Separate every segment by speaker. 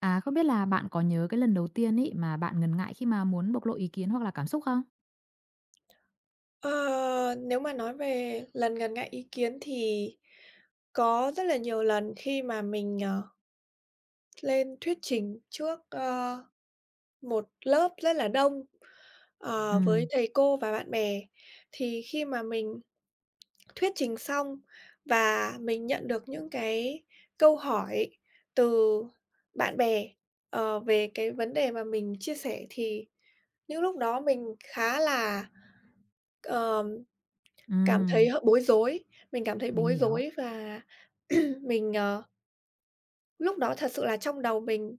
Speaker 1: À, không biết là bạn có nhớ cái lần đầu tiên ấy mà bạn ngần ngại khi mà muốn bộc lộ ý kiến hoặc là cảm xúc không?
Speaker 2: Ờ, nếu mà nói về lần gần ngại ý kiến thì có rất là nhiều lần khi mà mình, lên thuyết trình trước, một lớp rất là đông, với
Speaker 1: Ừm,
Speaker 2: thầy cô và bạn bè. Thì khi mà mình thuyết trình xong và mình nhận được những cái câu hỏi từ bạn bè, về cái vấn đề mà mình chia sẻ thì những lúc đó mình khá là, ờ cảm thấy
Speaker 1: ừm,
Speaker 2: hơi bối rối, mình cảm thấy
Speaker 1: mình
Speaker 2: bối
Speaker 1: hiểu,
Speaker 2: rối và mình, lúc đó thật sự là trong đầu mình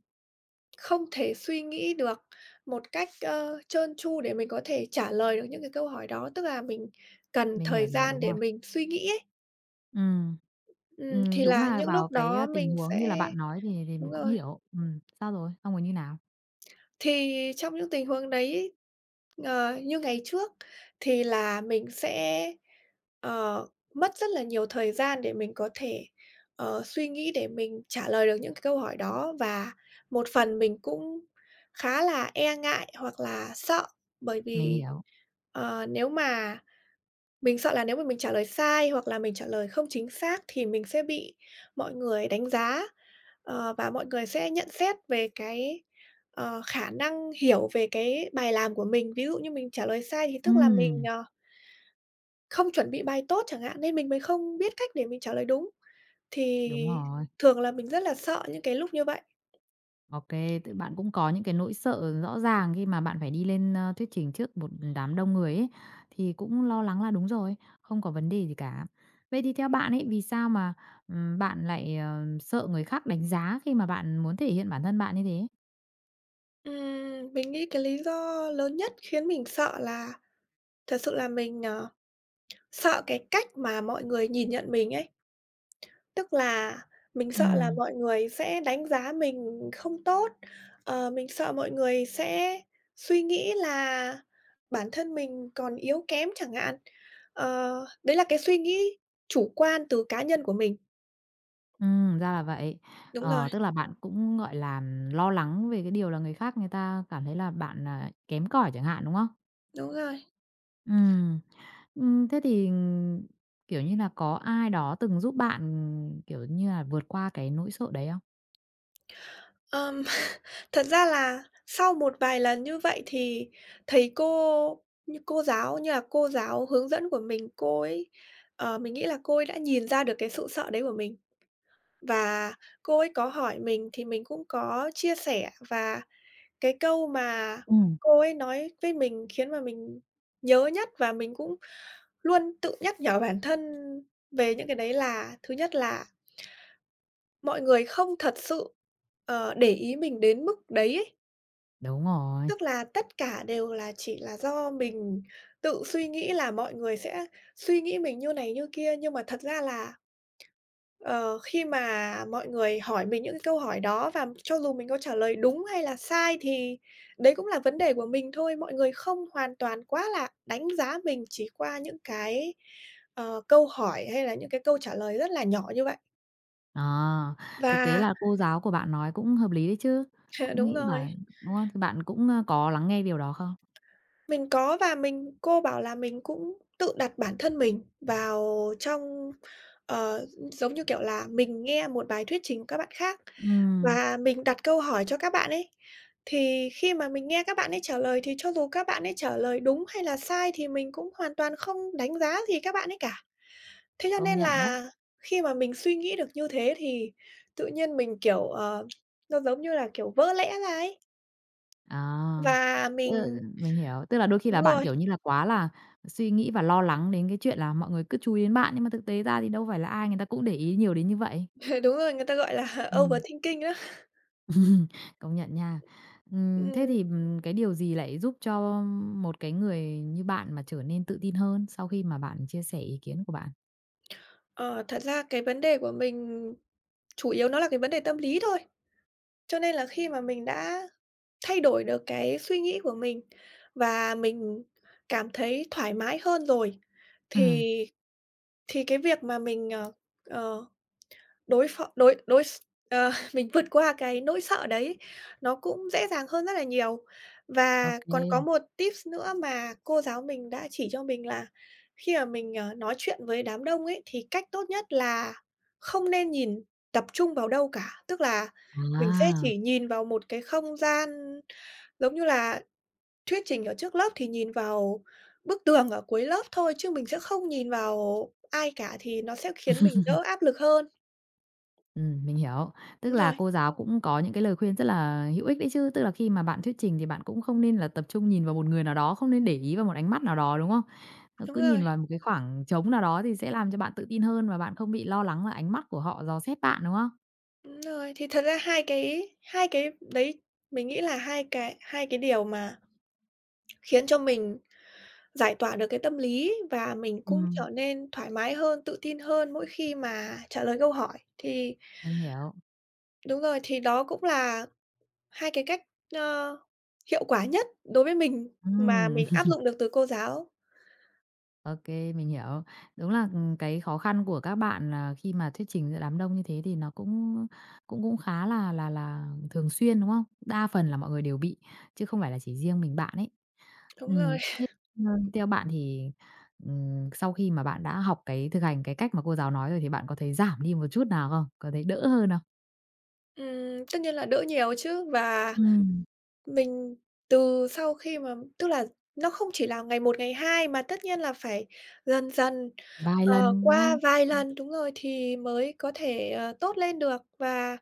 Speaker 2: không thể suy nghĩ được một cách, trơn tru để mình có thể trả lời được những cái câu hỏi đó, tức là mình cần
Speaker 1: mình
Speaker 2: thời
Speaker 1: hiểu
Speaker 2: gian để
Speaker 1: rồi.
Speaker 2: mình suy nghĩ ấy.
Speaker 1: Ừm,
Speaker 2: Ừm, thì
Speaker 1: đúng
Speaker 2: là
Speaker 1: là
Speaker 2: những
Speaker 1: vào
Speaker 2: lúc
Speaker 1: cái,
Speaker 2: đó
Speaker 1: tình
Speaker 2: mình
Speaker 1: huống như là
Speaker 2: sẽ.
Speaker 1: bạn nói thì
Speaker 2: Đúng
Speaker 1: mình cũng
Speaker 2: rồi.
Speaker 1: hiểu. Sao rồi? Xong rồi như nào?
Speaker 2: Thì trong những tình huống đấy, như ngày trước thì là mình sẽ, ờ, mất rất là nhiều thời gian để mình có thể, suy nghĩ để mình trả lời được những cái câu hỏi đó. Và một phần mình cũng khá là e ngại hoặc là sợ bởi
Speaker 1: Mình
Speaker 2: vì,
Speaker 1: hiểu.
Speaker 2: nếu mà mình sợ là nếu mà mình trả lời sai hoặc là mình trả lời không chính xác thì mình sẽ bị mọi người đánh giá, và mọi người sẽ nhận xét về cái, khả năng hiểu về cái bài làm của mình. Ví dụ như mình trả lời sai thì tức là mình,
Speaker 1: Ừm,
Speaker 2: không chuẩn bị bài tốt chẳng hạn, nên mình mới không biết cách để mình trả lời đúng. Thì
Speaker 1: đúng rồi.
Speaker 2: thường là mình rất là sợ những cái lúc như vậy.
Speaker 1: OK, kê, bạn cũng có những cái nỗi sợ rõ ràng khi mà bạn phải đi lên, thuyết trình trước một đám đông người ấy, thì cũng lo lắng là đúng rồi, không có vấn đề gì cả. Vậy thì theo bạn ấy, vì sao mà, bạn lại, sợ người khác đánh giá khi mà bạn muốn thể hiện bản thân bạn như thế?
Speaker 2: Mình nghĩ cái lý do lớn nhất khiến mình sợ là thật sự là mình, sợ cái cách mà mọi người nhìn nhận mình ấy. Tức là mình
Speaker 1: Ừ,
Speaker 2: sợ là mọi người sẽ đánh giá mình không tốt, mình sợ mọi người sẽ suy nghĩ là bản thân mình còn yếu kém chẳng hạn. Ờ, đấy là cái suy nghĩ chủ quan từ cá nhân của mình.
Speaker 1: ra là vậy.
Speaker 2: Đúng
Speaker 1: Ờ,
Speaker 2: rồi,
Speaker 1: tức là bạn cũng, gọi là, lo lắng về cái điều là người khác người ta cảm thấy là bạn, à, kém cỏi chẳng hạn, đúng không?
Speaker 2: đúng rồi.
Speaker 1: Ừ. Thế thì, kiểu như là, có ai đó từng giúp bạn, kiểu như là, vượt qua cái nỗi sợ đấy không?
Speaker 2: Ờm, Thật ra là sau một vài lần như vậy thì thầy cô như cô giáo như là cô giáo hướng dẫn của mình, cô ấy, mình nghĩ là cô ấy đã nhìn ra được cái sự sợ đấy của mình. Và cô ấy có hỏi mình thì mình cũng có chia sẻ, và cái câu mà
Speaker 1: Ừm.
Speaker 2: cô ấy nói với mình khiến mà mình nhớ nhất và mình cũng luôn tự nhắc nhở bản thân về những cái đấy là thứ nhất là mọi người không thật sự, để ý mình đến mức đấy ấy.
Speaker 1: Đúng rồi.
Speaker 2: Tức là tất cả đều là chỉ là do mình tự suy nghĩ là mọi người sẽ suy nghĩ mình như này như kia, nhưng mà thật ra là. Ờ, khi mà mọi người hỏi mình những cái câu hỏi đó và cho dù mình có trả lời đúng hay là sai thì đấy cũng là vấn đề của mình thôi, mọi người không hoàn toàn quá là đánh giá mình chỉ qua những cái, câu hỏi hay là những cái câu trả lời rất là nhỏ như vậy.
Speaker 1: Ờ, thực tế
Speaker 2: Và
Speaker 1: là cô giáo của bạn nói cũng hợp lý đấy chứ, cũng
Speaker 2: đúng
Speaker 1: nghĩ
Speaker 2: rồi.
Speaker 1: là đúng không? Thì bạn cũng, có lắng nghe điều đó không?
Speaker 2: Mình có và cô bảo là mình cũng tự đặt bản thân mình vào trong, ờ, giống như kiểu là, mình nghe một bài thuyết trình của các bạn khác
Speaker 1: Ừm,
Speaker 2: và mình đặt câu hỏi cho các bạn ấy. Thì khi mà mình nghe các bạn ấy trả lời thì cho dù các bạn ấy trả lời đúng hay là sai thì mình cũng hoàn toàn không đánh giá gì các bạn ấy cả. Thế cho
Speaker 1: công
Speaker 2: nên
Speaker 1: nhận đấy.
Speaker 2: là khi mà mình suy nghĩ được như thế thì tự nhiên mình, kiểu, nó giống như là, kiểu, vỡ lẽ ra ấy,
Speaker 1: À,
Speaker 2: và
Speaker 1: ừ,
Speaker 2: mình.
Speaker 1: mình hiểu, tức là đôi khi
Speaker 2: Đúng
Speaker 1: là bạn,
Speaker 2: rồi.
Speaker 1: kiểu như là, quá là suy nghĩ và lo lắng đến cái chuyện là mọi người cứ chú ý đến bạn, nhưng mà thực tế ra thì đâu phải là ai người ta cũng để ý nhiều đến như vậy.
Speaker 2: Đúng rồi, người ta gọi là
Speaker 1: Ừm.
Speaker 2: overthinking đó.
Speaker 1: Ừm, công nhận nha. Thế
Speaker 2: Ừm,
Speaker 1: thì, cái điều gì lại giúp cho một cái người như bạn mà trở nên tự tin hơn sau khi mà bạn chia sẻ ý kiến của bạn?
Speaker 2: ờ, thật ra cái vấn đề của mình chủ yếu nó là cái vấn đề tâm lý thôi. Cho nên là khi mà mình đã thay đổi được cái suy nghĩ của mình và mình cảm thấy thoải mái hơn rồi,
Speaker 1: Ừm,
Speaker 2: thì thì cái việc mà mình, ờ, ờ Đối phó đối đối s ờ, mình vượt qua cái nỗi sợ đấy, nó cũng dễ dàng hơn rất là nhiều. Và
Speaker 1: ok.
Speaker 2: còn có một tips nữa mà cô giáo mình đã chỉ cho mình là khi mà mình, nói chuyện với đám đông ấy, thì cách tốt nhất là không nên nhìn tập trung vào đâu cả. Tức là mình sẽ
Speaker 1: À,
Speaker 2: chỉ nhìn vào một cái không gian giống như là thuyết trình ở trước lớp thì nhìn vào bức tường ở cuối lớp thôi, chứ mình sẽ không nhìn vào ai cả thì nó sẽ khiến mình đỡ áp lực hơn.
Speaker 1: mình hiểu. Tức
Speaker 2: Đúng
Speaker 1: là
Speaker 2: rồi.
Speaker 1: cô giáo cũng có những cái lời khuyên rất là hữu ích đấy chứ, tức là khi mà bạn thuyết trình thì bạn cũng không nên là tập trung nhìn vào một người nào đó, không nên để ý vào một ánh mắt nào đó, đúng không? Nó
Speaker 2: Đúng
Speaker 1: cứ nhìn
Speaker 2: rồi,
Speaker 1: vào một cái khoảng trống nào đó thì sẽ làm cho bạn tự tin hơn và bạn không bị lo lắng là ánh mắt của họ dò xét bạn, đúng không?
Speaker 2: đúng rồi. Thì thật ra hai cái đấy mình nghĩ là hai cái điều mà khiến cho mình giải tỏa được cái tâm lý và mình cũng
Speaker 1: Ừm,
Speaker 2: trở nên thoải mái hơn, tự tin hơn mỗi khi mà trả lời câu hỏi. Thì
Speaker 1: mình hiểu.
Speaker 2: đúng rồi, thì đó cũng là hai cái cách, ơ, hiệu quả nhất đối với mình mà
Speaker 1: Ừm.
Speaker 2: mình áp dụng được từ cô giáo.
Speaker 1: OK, mình hiểu. Đúng là, cái khó khăn của các bạn là khi mà thuyết trình giữa đám đông như thế thì nó cũng cũng cũng khá là là thường xuyên, đúng không? Đa phần là mọi người đều bị, chứ không phải là chỉ riêng mình bạn ấy.
Speaker 2: Đúng rồi.
Speaker 1: Thế, theo bạn thì, sau khi mà bạn đã học cái thực hành cái cách mà cô giáo nói rồi thì bạn có thấy giảm đi một chút nào không? Có thấy đỡ hơn không?
Speaker 2: Tất nhiên là đỡ nhiều chứ và.
Speaker 1: Ừm.
Speaker 2: Mình từ sau khi mà tức là nó không chỉ là ngày một, ngày hai mà tất nhiên là phải dần dần,
Speaker 1: Vài lần, đúng
Speaker 2: qua
Speaker 1: không?
Speaker 2: vài lần đúng rồi, thì mới có thể, tốt lên được. Và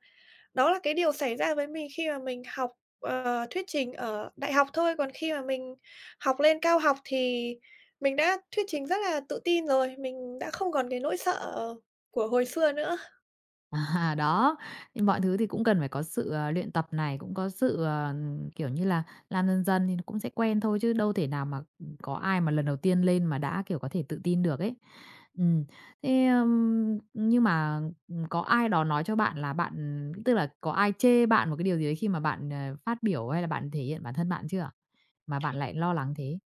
Speaker 2: đó là cái điều xảy ra với mình khi mà mình học, thuyết trình ở đại học thôi, còn khi mà mình học lên cao học thì mình đã thuyết trình rất là tự tin rồi, mình đã không còn cái nỗi sợ của hồi xưa nữa.
Speaker 1: À, đó, thì mọi thứ thì cũng cần phải có sự, luyện tập này, cũng có sự, kiểu như là, làm dần dần thì nó cũng sẽ quen thôi chứ đâu thể nào mà, ừ, có ai mà lần đầu tiên lên mà đã, kiểu, có thể tự tin được ấy. Ừm, thế, ưm, nhưng mà, có ai đó nói cho bạn là bạn tức là có ai chê bạn một cái điều gì đấy khi mà bạn, phát biểu hay là bạn thể hiện bản thân bạn chưa? Mà bạn lại lo lắng thế?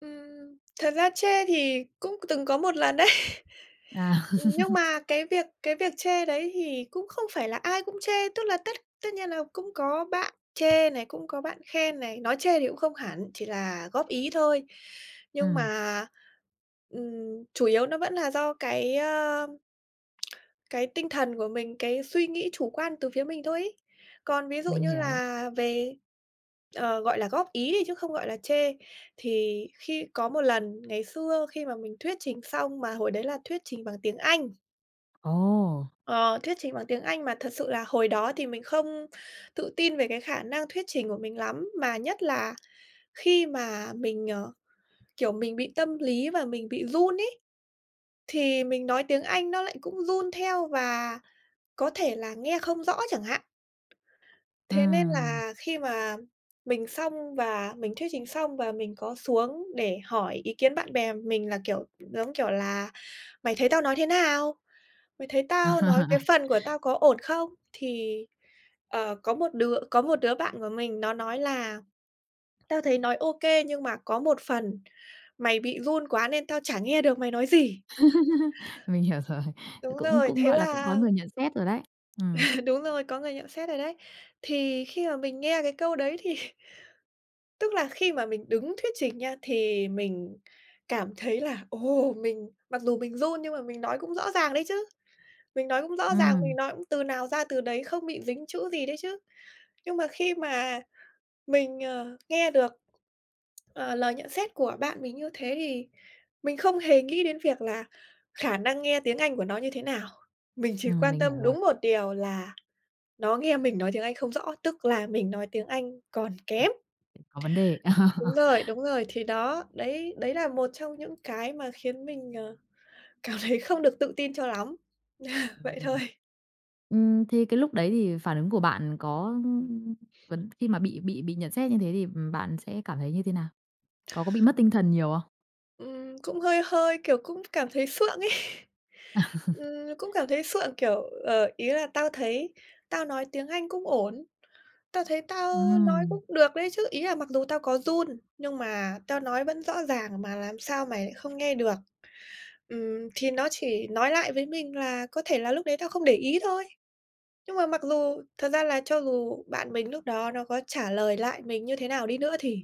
Speaker 2: Thật ra chê thì cũng từng có một lần đấy.
Speaker 1: À,
Speaker 2: Nhưng mà cái việc chê đấy thì cũng không phải là ai cũng chê, tức là tất tất nhiên là cũng có bạn chê này, cũng có bạn khen này, nói chê thì cũng không hẳn, chỉ là góp ý thôi. Nhưng
Speaker 1: ừm,
Speaker 2: mà, chủ yếu nó vẫn là do cái tinh thần của mình, cái suy nghĩ chủ quan từ phía mình thôi ấy. Còn ví dụ
Speaker 1: mình
Speaker 2: như
Speaker 1: hiểu.
Speaker 2: là về, gọi là, góp ý đi chứ không gọi là chê, thì khi có một lần ngày xưa khi mà mình thuyết trình xong mà hồi đấy là thuyết trình bằng tiếng Anh.
Speaker 1: Ồ,
Speaker 2: Ờ, thuyết trình bằng tiếng Anh mà thật sự là hồi đó thì mình không tự tin về cái khả năng thuyết trình của mình lắm, mà nhất là khi mà mình, kiểu, mình bị tâm lý và mình bị run ấy, thì mình nói tiếng Anh nó lại cũng run theo và có thể là nghe không rõ chẳng hạn. Thế nên
Speaker 1: ừm.
Speaker 2: là khi mà mình xong và mình thuyết trình xong và mình có xuống để hỏi ý kiến bạn bè mình là, kiểu, giống kiểu là "Mày thấy tao nói thế nào? Mày thấy tao nói cái phần của tao có ổn không?" Thì, có một đứa bạn của mình nó nói là "Tao thấy nói ok, nhưng mà có một phần mày bị run quá nên tao chả nghe được mày nói gì."
Speaker 1: Mình hiểu rồi. Ờ,
Speaker 2: Đúng
Speaker 1: cũng
Speaker 2: rồi,
Speaker 1: cũng,
Speaker 2: thế
Speaker 1: gọi là, cũng có
Speaker 2: là
Speaker 1: người nhận xét rồi đấy. Ừm,
Speaker 2: đúng rồi, có người nhận xét rồi đấy. Thì khi mà mình nghe cái câu đấy thì, tức là khi mà mình đứng thuyết trình nha, thì mình cảm thấy là "Ồ! Mình mặc dù mình run nhưng mà mình nói cũng rõ ràng đấy chứ, mình nói cũng rõ ràng, mình
Speaker 1: ừm,
Speaker 2: nói cũng từ nào ra từ đấy, không bị dính chữ gì đấy chứ." Nhưng mà khi mà mình, nghe được, ờ, lời nhận xét của bạn mình như thế thì mình không hề nghĩ đến việc là khả năng nghe tiếng Anh của nó như thế nào. Mình chỉ quan
Speaker 1: mình hiểu
Speaker 2: tâm
Speaker 1: rồi,
Speaker 2: đúng một điều là nó nghe mình nói tiếng Anh không rõ, tức là mình nói tiếng Anh còn
Speaker 1: ừm,
Speaker 2: kém.
Speaker 1: có vấn đề.
Speaker 2: Đúng rồi, thì đó, đấy đấy là một trong những cái mà khiến mình, cảm thấy không được tự tin cho lắm. Vậy thôi.
Speaker 1: Ừm, thế cái lúc đấy thì phản ứng của bạn có vấn khi mà bị nhận xét như thế thì, bạn sẽ cảm thấy như thế nào? Có bị mất tinh thần nhiều không?
Speaker 2: Cũng hơi hơi, kiểu, cũng cảm thấy sượng ấy. Cũng cảm thấy sượng, kiểu, ý là tao thấy tao nói tiếng Anh cũng ổn, tao thấy tao nói
Speaker 1: Ừm,
Speaker 2: cũng được đấy chứ. Ý là mặc dù tao có run, nhưng mà tao nói vẫn rõ ràng mà làm sao mày lại không nghe được. Thì nó chỉ nói lại với mình là có thể là lúc đấy tao không để ý thôi. Nhưng mà mặc dù thật ra là cho dù bạn mình lúc đó nó có trả lời lại mình như thế nào đi nữa thì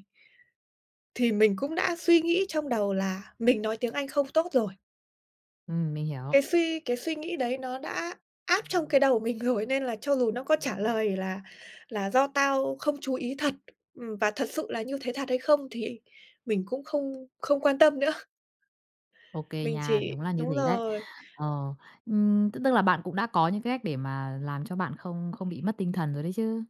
Speaker 2: thì mình cũng đã suy nghĩ trong đầu là mình nói tiếng Anh không tốt rồi.
Speaker 1: mình hiểu.
Speaker 2: Cái suy nghĩ đấy nó đã áp trong cái đầu mình rồi, nên là cho dù nó có trả lời là "Do tao không chú ý thật", và thật sự là như thế thật hay không thì mình cũng không không quan tâm nữa.
Speaker 1: OK
Speaker 2: Mình
Speaker 1: nha,
Speaker 2: chỉ
Speaker 1: đúng là như
Speaker 2: Đúng
Speaker 1: thế đấy.
Speaker 2: rồi.
Speaker 1: Ờ, tức tức là bạn cũng đã có những cái cách để mà làm cho bạn không không bị mất tinh thần rồi đấy chứ,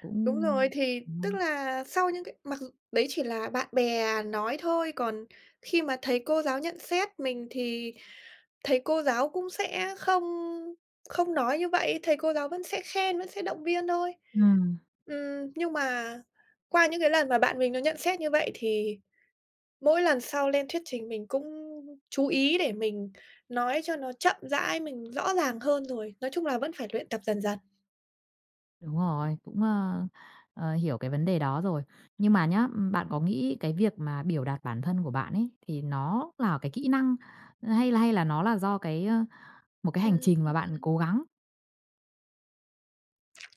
Speaker 1: cũng
Speaker 2: Đúng rồi, thì tức
Speaker 1: ừm,
Speaker 2: là sau những cái, mặc dù đấy chỉ là bạn bè nói thôi, còn khi mà thầy cô giáo nhận xét mình thì thầy cô giáo cũng sẽ không không nói như vậy, thầy cô giáo vẫn sẽ khen, vẫn sẽ động viên thôi.
Speaker 1: ừm.
Speaker 2: Nhưng mà qua những cái lần mà bạn mình nó nhận xét như vậy thì mỗi lần sau lên thuyết trình mình cũng chú ý để mình nói cho nó chậm rãi, mình rõ ràng hơn rồi, nói chung là vẫn phải luyện tập dần dần.
Speaker 1: Đúng rồi, cũng, hiểu cái vấn đề đó rồi. Nhưng mà nhá, bạn có nghĩ cái việc mà biểu đạt bản thân của bạn ấy, thì nó là cái kỹ năng, hay là nó là do cái, một cái hành
Speaker 2: Ừm,
Speaker 1: trình mà bạn
Speaker 2: ừm.
Speaker 1: cố gắng?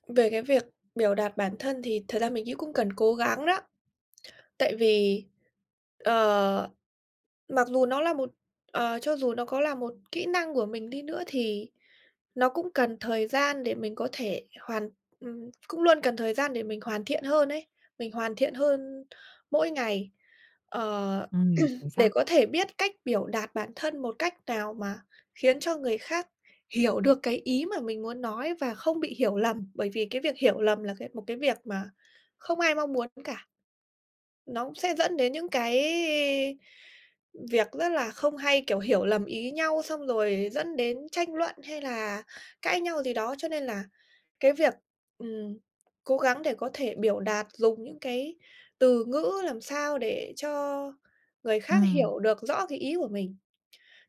Speaker 2: Về cái việc biểu đạt bản thân thì thật ra mình nghĩ cũng cần cố gắng đó, tại vì, ờ, Mặc dù nó là một, cho dù nó có là một kỹ năng của mình đi nữa thì nó cũng cần thời gian để mình có thể hoàn cũng luôn cần thời gian để mình hoàn thiện hơn ấy, mình hoàn thiện hơn mỗi ngày, ờ,
Speaker 1: Ừm, chính
Speaker 2: để
Speaker 1: xác.
Speaker 2: có thể biết cách biểu đạt bản thân một cách nào mà khiến cho người khác hiểu được cái ý mà mình muốn nói và không bị hiểu lầm, bởi vì cái việc hiểu lầm là một cái việc mà không ai mong muốn cả. Nó cũng sẽ dẫn đến những cái việc rất là không hay, kiểu, hiểu lầm ý nhau, xong rồi dẫn đến tranh luận hay là cãi nhau gì đó. Cho nên là cái việc, ừm, cố gắng để có thể biểu đạt, dùng những cái từ ngữ làm sao để cho người khác
Speaker 1: Ừm,
Speaker 2: hiểu được rõ cái ý của mình.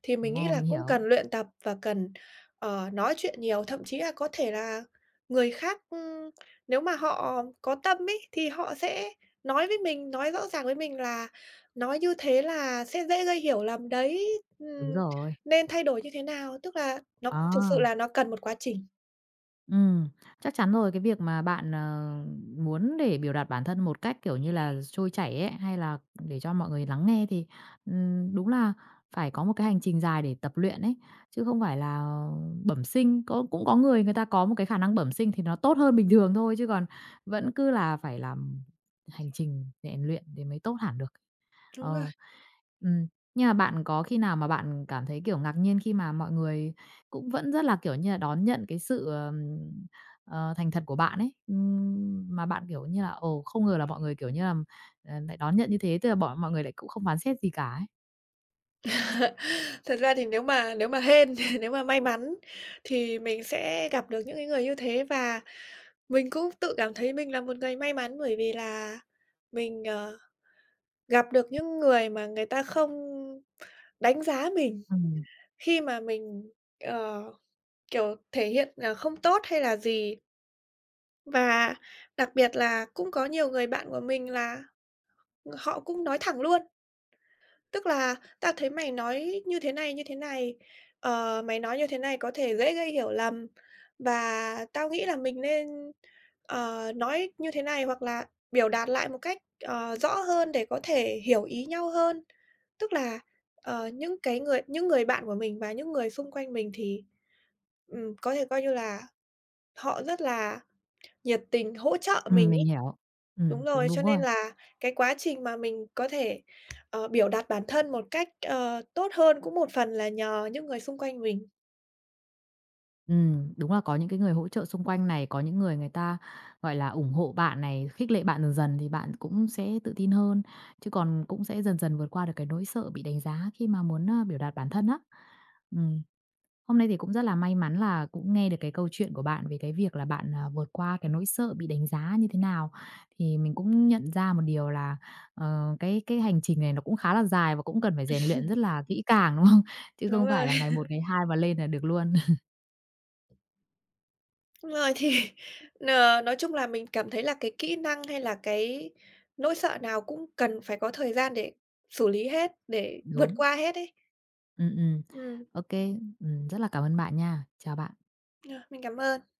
Speaker 2: Thì mình
Speaker 1: đúng
Speaker 2: nghĩ
Speaker 1: rồi,
Speaker 2: là
Speaker 1: mình
Speaker 2: cũng
Speaker 1: hiểu.
Speaker 2: cần luyện tập và cần, nói chuyện nhiều, thậm chí là có thể là người khác, nếu mà họ có tâm ấy, thì họ sẽ nói với mình, nói rõ ràng với mình là nói như thế là sẽ dễ gây hiểu lầm đấy,
Speaker 1: Đúng rồi.
Speaker 2: nên thay đổi như thế nào, tức là nó thực sự
Speaker 1: À,
Speaker 2: là nó cần một quá trình.
Speaker 1: ừm, chắc chắn rồi, cái việc mà bạn, muốn để biểu đạt bản thân một cách, kiểu như là, trôi chảy ấy, hay là để cho mọi người lắng nghe thì, đúng là phải có một cái hành trình dài để tập luyện ấy, chứ không phải là bẩm sinh. Có cũng có người người ta có một cái khả năng bẩm sinh thì nó tốt hơn bình thường thôi, chứ còn vẫn cứ là phải làm hành trình rèn luyện thì mới tốt hẳn được.
Speaker 2: Đúng rồi.
Speaker 1: Ờ. Ừm. Nhưng mà bạn có khi nào mà bạn cảm thấy, kiểu, ngạc nhiên khi mà mọi người cũng vẫn rất là, kiểu như là, đón nhận cái sự, thành thật của bạn ấy, mà bạn, kiểu như là, ồ, không ngờ là mọi người, kiểu như là, lại đón nhận như thế, tức là bọn mọi người lại cũng không phán xét gì cả ấy?
Speaker 2: Thật ra thì nếu mà hên, nếu mà may mắn thì mình sẽ gặp được những cái người như thế, và mình cũng tự cảm thấy mình là một người may mắn bởi vì là mình, gặp được những người mà người ta không đánh giá mình
Speaker 1: Ừm,
Speaker 2: khi mà mình, ờ, kiểu, thể hiện là không tốt hay là gì. Và đặc biệt là cũng có nhiều người bạn của mình là họ cũng nói thẳng luôn. Tức là "Tao thấy mày nói như thế này, mày nói như thế này có thể dễ gây hiểu lầm và tao nghĩ là mình nên, nói như thế này hoặc là biểu đạt lại một cách, rõ hơn để có thể hiểu ý nhau hơn." Tức là, những người bạn của mình và những người xung quanh mình thì, có thể coi như là họ rất là nhiệt tình hỗ trợ mình
Speaker 1: mình
Speaker 2: ấy.
Speaker 1: hiểu.
Speaker 2: Đúng rồi,
Speaker 1: Đúng,
Speaker 2: cho
Speaker 1: đúng
Speaker 2: nên
Speaker 1: rồi.
Speaker 2: là cái quá trình mà mình có thể, biểu đạt bản thân một cách, tốt hơn cũng một phần là nhờ những người xung quanh mình.
Speaker 1: Đúng là có những cái người hỗ trợ xung quanh này, có những người người ta, gọi là, ủng hộ bạn này, khích lệ bạn dần dần thì bạn cũng sẽ tự tin hơn, chứ còn cũng sẽ dần dần vượt qua được cái nỗi sợ bị đánh giá khi mà muốn, a, biểu đạt bản thân á. Ừm, hôm nay thì cũng rất là may mắn là cũng nghe được cái câu chuyện của bạn về cái việc là bạn, à, vượt qua cái nỗi sợ bị đánh giá như thế nào, thì mình cũng nhận ra một điều là, cái hành trình này nó cũng khá là dài và cũng cần phải rèn luyện rất là kỹ càng, đúng không? Chứ
Speaker 2: Đúng
Speaker 1: không
Speaker 2: rồi,
Speaker 1: phải là ngày một, ngày hai mà lên là được luôn.
Speaker 2: đúng rồi, thì nói chung là mình cảm thấy là cái kỹ năng hay là cái nỗi sợ nào cũng cần phải có thời gian để xử lý hết, để vượt
Speaker 1: Đúng.
Speaker 2: qua hết ấy.
Speaker 1: Ừ.
Speaker 2: Ừm,
Speaker 1: Ô kê, rất là cảm ơn bạn nha. Chào bạn.
Speaker 2: ờ, mình cảm ơn.